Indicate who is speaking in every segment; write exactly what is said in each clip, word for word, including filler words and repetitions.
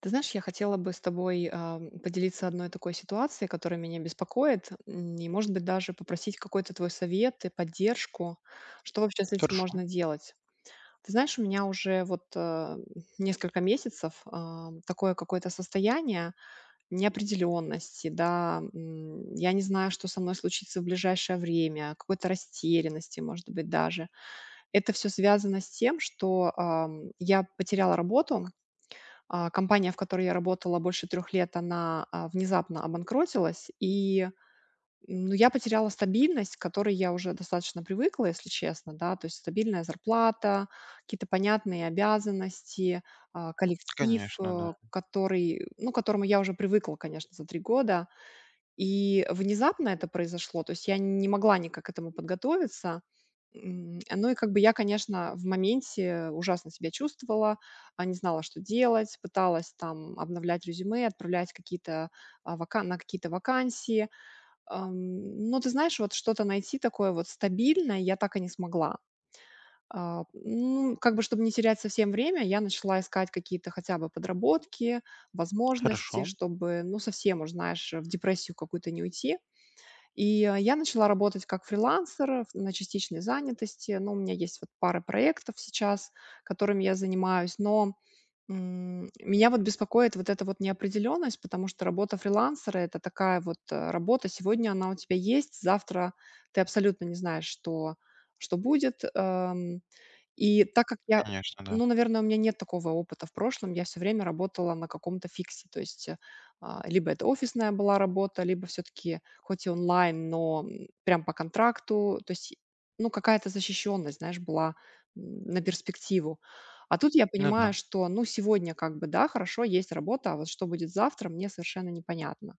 Speaker 1: Ты знаешь, я хотела бы с тобой а, поделиться одной такой ситуацией, которая меня беспокоит, м, и, может быть, даже попросить какой-то твой совет и поддержку, что вообще с этим
Speaker 2: Хорошо,
Speaker 1: можно делать. Ты знаешь, у меня уже вот э, несколько месяцев а, такое какое-то состояние неопределенности, да, м, я не знаю, что со мной случится в ближайшее время, какой-то растерянности, может быть, даже. Это все связано с тем, что ам, я потеряла работу. А, компания, в которой я работала больше трёх лет, она а, внезапно обанкротилась, и м, ну, я потеряла стабильность, к которой я уже достаточно привыкла, если честно, да. То есть стабильная зарплата, какие-то понятные обязанности, а, коллектив,
Speaker 2: конечно, да.
Speaker 1: э, который, ну, к которому я уже привыкла, конечно, за три года. И внезапно это произошло, то есть я не могла никак к этому подготовиться. М, ну и как бы я, конечно, в моменте ужасно себя чувствовала, а, не знала, что делать, пыталась там обновлять резюме, отправлять какие-то, а, вака на какие-то вакансии. Ам, но ты знаешь, вот что-то найти такое вот стабильное я так и не смогла. А, ну, как бы, чтобы не терять совсем время, я начала искать какие-то хотя бы подработки, возможности,
Speaker 2: Хорошо,
Speaker 1: чтобы, ну, совсем уж, знаешь, в депрессию какую-то не уйти. И а, я начала работать как фрилансер в на частичной занятости. Ну, у меня есть вот пара проектов сейчас, которыми я занимаюсь. Но м, меня вот беспокоит вот эта вот неопределенность, потому что работа фрилансера — это такая вот, э, работа. Сегодня она у тебя есть, завтра ты абсолютно не знаешь, что что будет. Эм. И так как я,
Speaker 2: конечно, да.
Speaker 1: ну, наверное, у меня нет такого опыта в прошлом, я все время работала на каком-то фиксе. То есть, э, а, либо это офисная была работа, либо все таки хоть и онлайн, но, м, прям по контракту. То есть, ну, какая-то защищенность, знаешь, была м, на перспективу. А тут я
Speaker 2: Ну да.
Speaker 1: понимаю, что, ну, сегодня как бы, да, хорошо, есть работа, а вот что будет завтра, мне совершенно непонятно.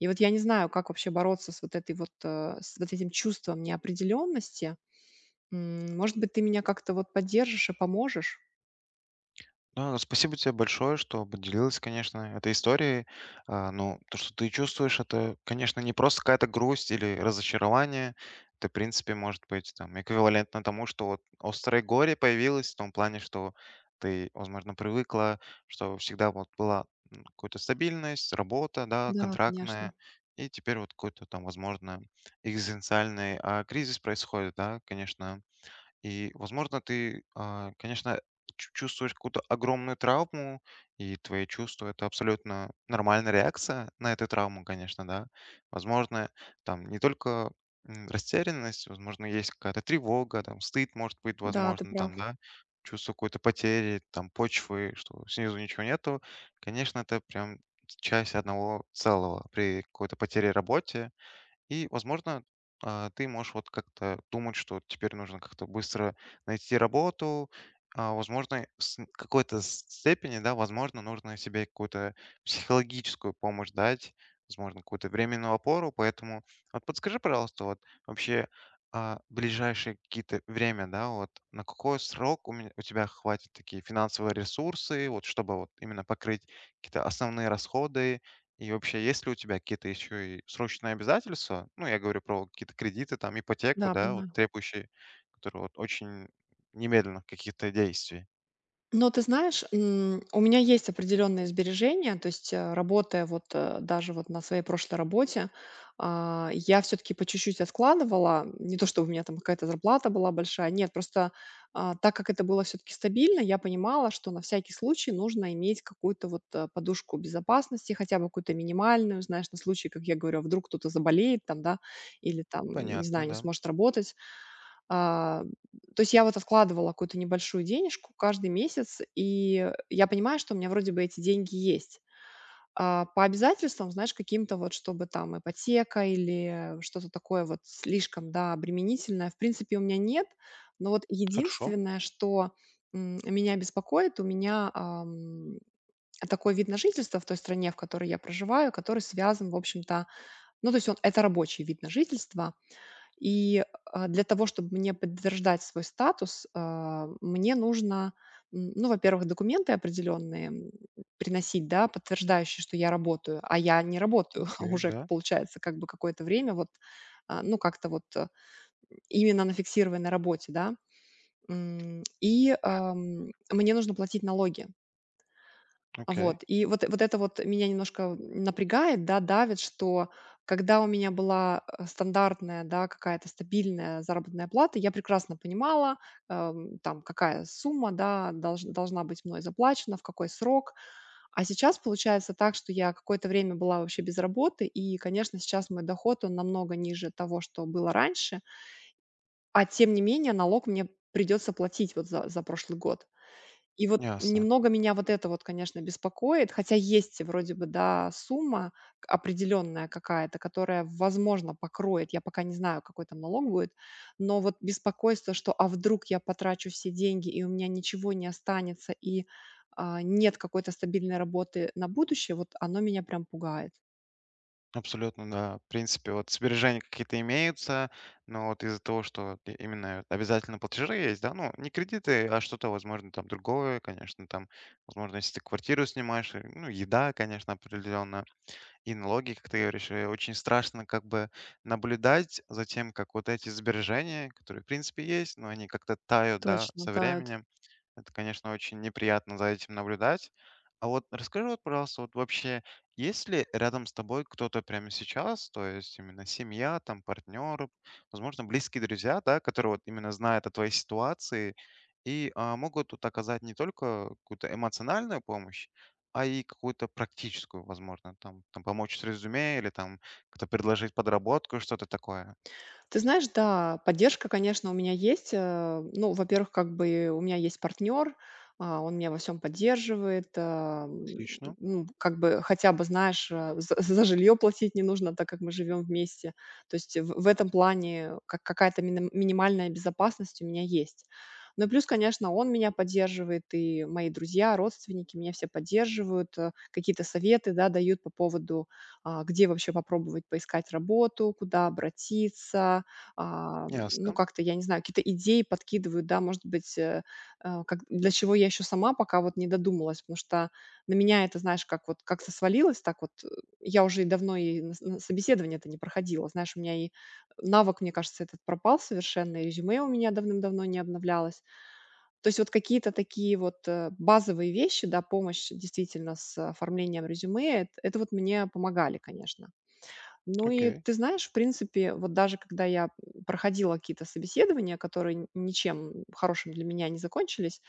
Speaker 1: И вот я не знаю, как вообще бороться с вот этой вот, э, с вот этим чувством неопределенности. М, может быть, ты меня как-то вот поддержишь и поможешь?
Speaker 2: Да, спасибо тебе большое, что поделилась, конечно, этой историей. А, ну, то, что ты чувствуешь, это, конечно, не просто какая-то грусть или разочарование. Это, в принципе, может быть там эквивалентно тому, что вот острое горе появилось в том плане, что ты, возможно, привыкла, что всегда вот была м, какая-то стабильность, работа, да,
Speaker 1: Да,
Speaker 2: контрактная,
Speaker 1: конечно.
Speaker 2: и теперь вот какой-то там, возможно, экзистенциальный а, кризис происходит, да, конечно. И, возможно, ты, а, конечно, чу- чувствуешь какую-то огромную травму, и твои чувства — это абсолютно нормальная реакция на эту травму, конечно, да. Возможно, там не только м, растерянность, возможно, есть какая-то тревога, там, стыд, может быть,
Speaker 1: Да, ты
Speaker 2: возможно,
Speaker 1: прав.
Speaker 2: там, да, чувство какой-то потери, там, почвы, что снизу ничего нету. Конечно, это прям часть одного целого при какой-то потере работе, и, возможно, а, ты можешь вот как-то думать, что теперь нужно как-то быстро найти работу, а, возможно, с н- какой-то степени, да, возможно, нужно себе какую-то психологическую помощь дать, возможно, какую-то временную опору, поэтому вот подскажи, пожалуйста, вот вообще а, ближайшее какие-то время, да, вот на какой срок у, меня, у тебя хватит такие финансовые ресурсы, вот чтобы вот именно покрыть какие-то основные расходы, и вообще, есть ли у тебя какие-то еще и срочные обязательства? Ну, я говорю про какие-то кредиты, там, ипотеку,
Speaker 1: Да,
Speaker 2: да, вот
Speaker 1: понимаю.
Speaker 2: требующие, которые вот очень немедленных каких-то действий.
Speaker 1: Но ты знаешь, м, у меня есть определенные сбережения, то есть э, работая вот э, даже вот на своей прошлой работе, а, я все-таки по чуть-чуть откладывала, не то чтобы у меня там какая-то зарплата была большая, нет, просто а, так как это было все-таки стабильно, я понимала, что на всякий случай нужно иметь какую-то вот э, подушку безопасности, хотя бы какую-то минимальную, знаешь, на случай, как я говорю, а вдруг кто-то заболеет там, да, или там, не
Speaker 2: Понятно,
Speaker 1: знаю, не
Speaker 2: да.
Speaker 1: сможет работать. а, То есть я вот откладывала какую-то небольшую денежку каждый месяц, и я понимаю, что у меня вроде бы эти деньги есть. А по обязательствам, знаешь, каким-то вот, чтобы там ипотека или что-то такое вот слишком, да, обременительное, в принципе, у меня нет. Но вот
Speaker 2: Хорошо.
Speaker 1: единственное, что м, меня беспокоит, у меня ам, такой вид на жительство в той стране, в которой я проживаю, который связан, в общем-то, ну, то есть он, это рабочий вид на жительство, и а, для того, чтобы мне подтверждать свой статус, а, мне нужно, м, ну, во-первых, документы определенные м, приносить, да, подтверждающие, что я работаю, а я не работаю
Speaker 2: Окей,
Speaker 1: уже,
Speaker 2: да.
Speaker 1: получается, как бы какое-то время, вот, а, ну, как-то вот, э, именно на фиксированной работе, да. М, и, ам, мне нужно платить налоги.
Speaker 2: Окей.
Speaker 1: Вот, и вот э- вот это вот меня немножко напрягает, да, давит, что когда у меня была, э, стандартная, да, какая-то стабильная заработная плата, я прекрасно понимала, эм, там, какая сумма, да, долж должна быть мной заплачена, в какой срок. А сейчас получается так, что я какое-то время была вообще без работы, и, конечно, сейчас мой доход, он намного ниже того, что было раньше, а тем не менее налог мне придется платить вот за за прошлый год. И вот
Speaker 2: Ясно.
Speaker 1: немного меня вот это вот, конечно, беспокоит, хотя есть вроде бы, да, сумма к- определенная какая-то, которая, возможно, покроет, я пока не знаю, какой там налог будет, но вот беспокойство, что а вдруг я потрачу все деньги, и у меня ничего не останется, и а, нет какой-то стабильной работы на будущее, вот оно меня прям пугает.
Speaker 2: Абсолютно, да. В принципе, вот сбережения какие-то имеются, но вот из-за того, что и- именно вот обязательно платежи есть, да, ну, не кредиты, а что-то, возможно, там другое, конечно, там, возможно, если ты квартиру снимаешь, э, ну, еда, конечно, определенно. И налоги, как ты говоришь, э, очень страшно как бы наблюдать за тем, как вот эти сбережения, которые в принципе есть, но они как-то тают, да,
Speaker 1: Точно,
Speaker 2: со
Speaker 1: тают.
Speaker 2: временем. Это, конечно, очень неприятно за этим наблюдать. А вот расскажи, вот, пожалуйста, вот вообще, есть ли рядом с тобой кто-то прямо сейчас, то есть именно семья, там, партнеры, возможно, близкие друзья, да, которые вот именно знают о твоей ситуации и а, могут тут оказать не только какую-то эмоциональную помощь, а и какую-то практическую, возможно, там там помочь с резюме или там как-то предложить подработку, что-то такое.
Speaker 1: Ты знаешь, да, поддержка, конечно, у меня есть. э, Ну, во-первых, как бы у меня есть партнер, а, он меня во всем поддерживает. а, м,
Speaker 2: Отлично,
Speaker 1: Ну, как бы хотя бы, знаешь, э, за, за жилье платить не нужно, так как мы живем вместе. То есть в, в этом плане как, какая-то миним- минимальная безопасность у меня есть. Ну и плюс, конечно, он меня поддерживает, и мои друзья, родственники меня все поддерживают, э, какие-то советы, да, дают по поводу а, где вообще попробовать поискать работу, куда обратиться, а, ну,
Speaker 2: ясно,
Speaker 1: как-то, я не знаю, какие-то идеи подкидывают, да, может быть, э, э, как, для чего я еще сама пока вот не додумалась, потому что на меня это, знаешь, как вот как-то свалилось, так вот, э, я уже и давно и на, с- на собеседование это не проходила, знаешь, у меня и навык, мне кажется, этот пропал совершенно, и резюме у меня давным-давно не обновлялось, то есть вот какие-то такие вот, э, базовые вещи, да, помощь действительно с оформлением резюме, эт это вот мне помогали, конечно. Ну и
Speaker 2: окей,
Speaker 1: ты знаешь, в принципе, вот даже когда я проходила какие-то собеседования, которые н ничем хорошим для меня не закончились,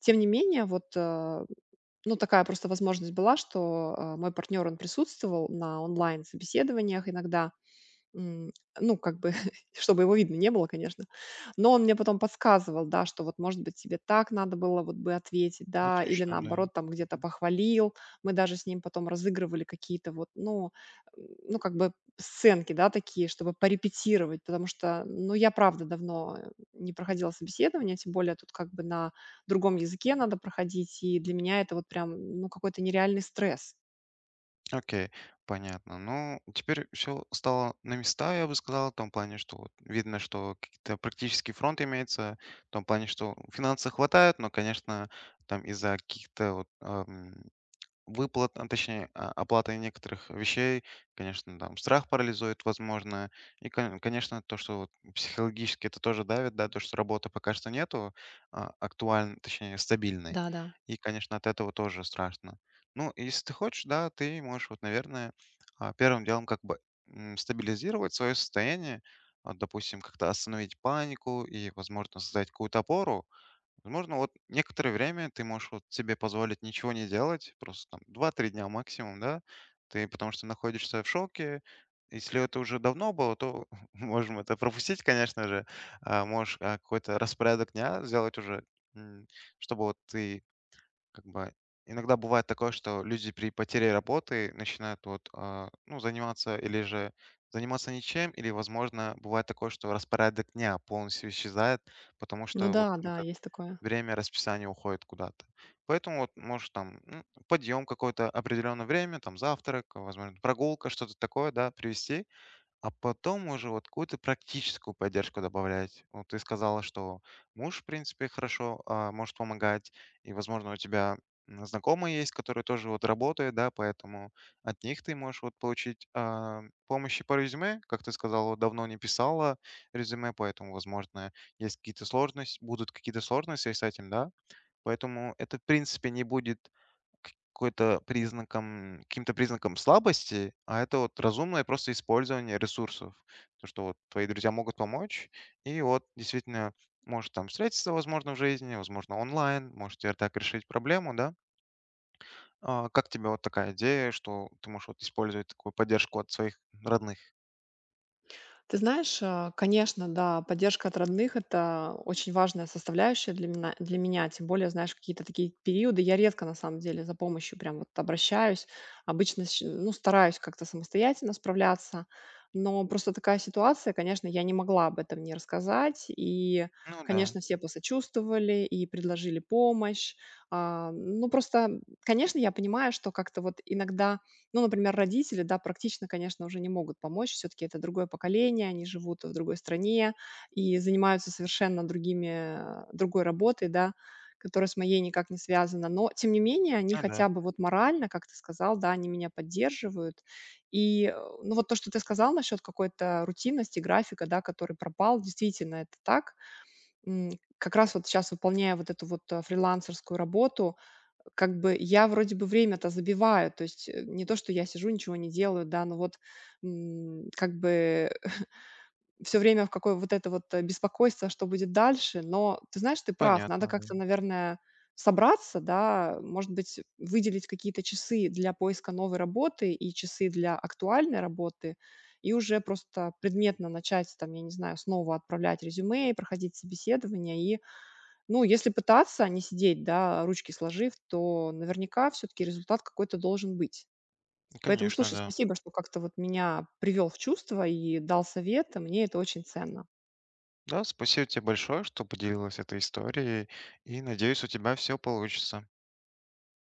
Speaker 1: тем не менее вот, э, ну, такая просто возможность была, что, э, мой партнер, он присутствовал на онлайн-собеседованиях иногда. М, ну, как бы, чтобы его видно не было, конечно. Но он мне потом подсказывал, да, что вот, может быть, тебе так надо было вот бы ответить, да, или
Speaker 2: отлично, да.
Speaker 1: наоборот, там где-то
Speaker 2: Мгм.
Speaker 1: похвалил. Мы даже с ним потом разыгрывали какие-то вот, ну, м, ну, как бы сценки, да, такие, чтобы порепетировать, потому что, ну, я правда давно э, не проходила собеседование, тем более тут как бы на другом языке надо проходить, и для меня это вот прям, ну, какой-то нереальный стресс.
Speaker 2: Окей, понятно. Ну, теперь все стало на места, я бы сказал, в том плане, что вот видно, что какие-то практический фронт имеется, в том плане, что финансов хватает, но, конечно, там из-за каких-то вот выплат, а точнее, а, оплата некоторых вещей, конечно, там страх парализует, возможно. И, кон- конечно, то, что вот психологически это тоже давит, да, то, что работы пока что нету а, актуальной, точнее, стабильной.
Speaker 1: Да-да.
Speaker 2: И, конечно, от этого тоже страшно. Ну, если ты хочешь, да, ты можешь, вот, наверное, а, первым делом как бы м, стабилизировать свое состояние, а, допустим, как-то остановить панику и, возможно, создать какую-то опору. Возможно, вот некоторое время ты можешь вот себе позволить ничего не делать, просто там два-три дня максимум, да, ты потому что находишься в шоке. Если это уже давно было, то можем это пропустить, конечно же. А, можешь а, какой-то распорядок дня сделать уже, м, чтобы вот ты как бы... Иногда бывает такое, что люди при потере работы начинают вот, а, ну, заниматься или же заниматься ничем, или, возможно, бывает такое, что распорядок дня полностью исчезает, потому
Speaker 1: Ну
Speaker 2: что вот
Speaker 1: да, да,
Speaker 2: это
Speaker 1: есть такое.
Speaker 2: время расписания уходит куда-то. Поэтому вот может там м, подъем какое-то определенное время, там завтрак, возможно, прогулка, что-то такое, да, привести. А потом уже вот какую-то практическую поддержку добавлять. Вот ты сказала, что муж, в принципе, хорошо а, может помогать, и, возможно, у тебя м, знакомые есть, которые тоже вот работают, да, поэтому от них ты можешь вот получить а, помощи по резюме, как ты сказала, вот давно не писала резюме, поэтому, возможно, есть какие-то сложности, будут какие-то сложности с этим, да? Поэтому это, в принципе, не будет к какой-то признаком каким-то признаком слабости, а это вот разумное просто использование ресурсов. То, что вот твои друзья могут помочь, и вот действительно может там встретиться, возможно, в жизни, возможно, онлайн, можете так решить проблему, да. А, как тебе вот такая идея, что ты можешь вот использовать такую поддержку от своих родных?
Speaker 1: Ты знаешь, а, конечно, да, поддержка от родных — это очень важная составляющая для меня, для меня. Тем более, знаешь, какие-то такие периоды я редко, на самом деле, за помощью прям вот обращаюсь. Обычно, щ- ну, стараюсь как-то самостоятельно справляться. Но просто такая ситуация, конечно, я не могла об этом не рассказать. И,
Speaker 2: Ну да,
Speaker 1: конечно, все посочувствовали и предложили помощь. А, ну, просто, конечно, я понимаю, что как-то вот иногда ну, например, родители, да, практично, конечно, уже не могут помочь. Все-таки это другое поколение, они живут в другой стране и занимаются совершенно другими, э, другой работой, да, которая с моей никак не связана. Но, тем не менее, они
Speaker 2: ну да,
Speaker 1: хотя бы вот морально, как ты сказал, да, они меня поддерживают. И, э, ну, вот то, что ты сказал насчет какой-то рутинности, графика, да, который пропал, действительно, это так. М, Как раз вот сейчас, выполняя вот эту вот э, фрилансерскую работу, как бы я вроде бы время-то забиваю, то есть, э, не то, что я сижу, ничего не делаю, да, но вот, м, как бы все время в какое вот это вот, э, беспокойство, что будет дальше. Но ты знаешь, ты прав, надо
Speaker 2: понятно, да.
Speaker 1: как-то, наверное, собраться, да, может быть, выделить какие-то часы для поиска новой работы и часы для актуальной работы, и уже просто предметно начать там, я не знаю, снова отправлять резюме, проходить собеседование ну, если пытаться, а не сидеть, да, ручки сложив, то наверняка все-таки результат какой-то должен быть. Поэтому,
Speaker 2: Конечно,
Speaker 1: слушай,
Speaker 2: да.
Speaker 1: спасибо, что как-то вот меня привел в чувство и дал совет. Мне это очень ценно.
Speaker 2: Да, спасибо тебе большое, что поделилась этой историей, и надеюсь, у тебя все получится.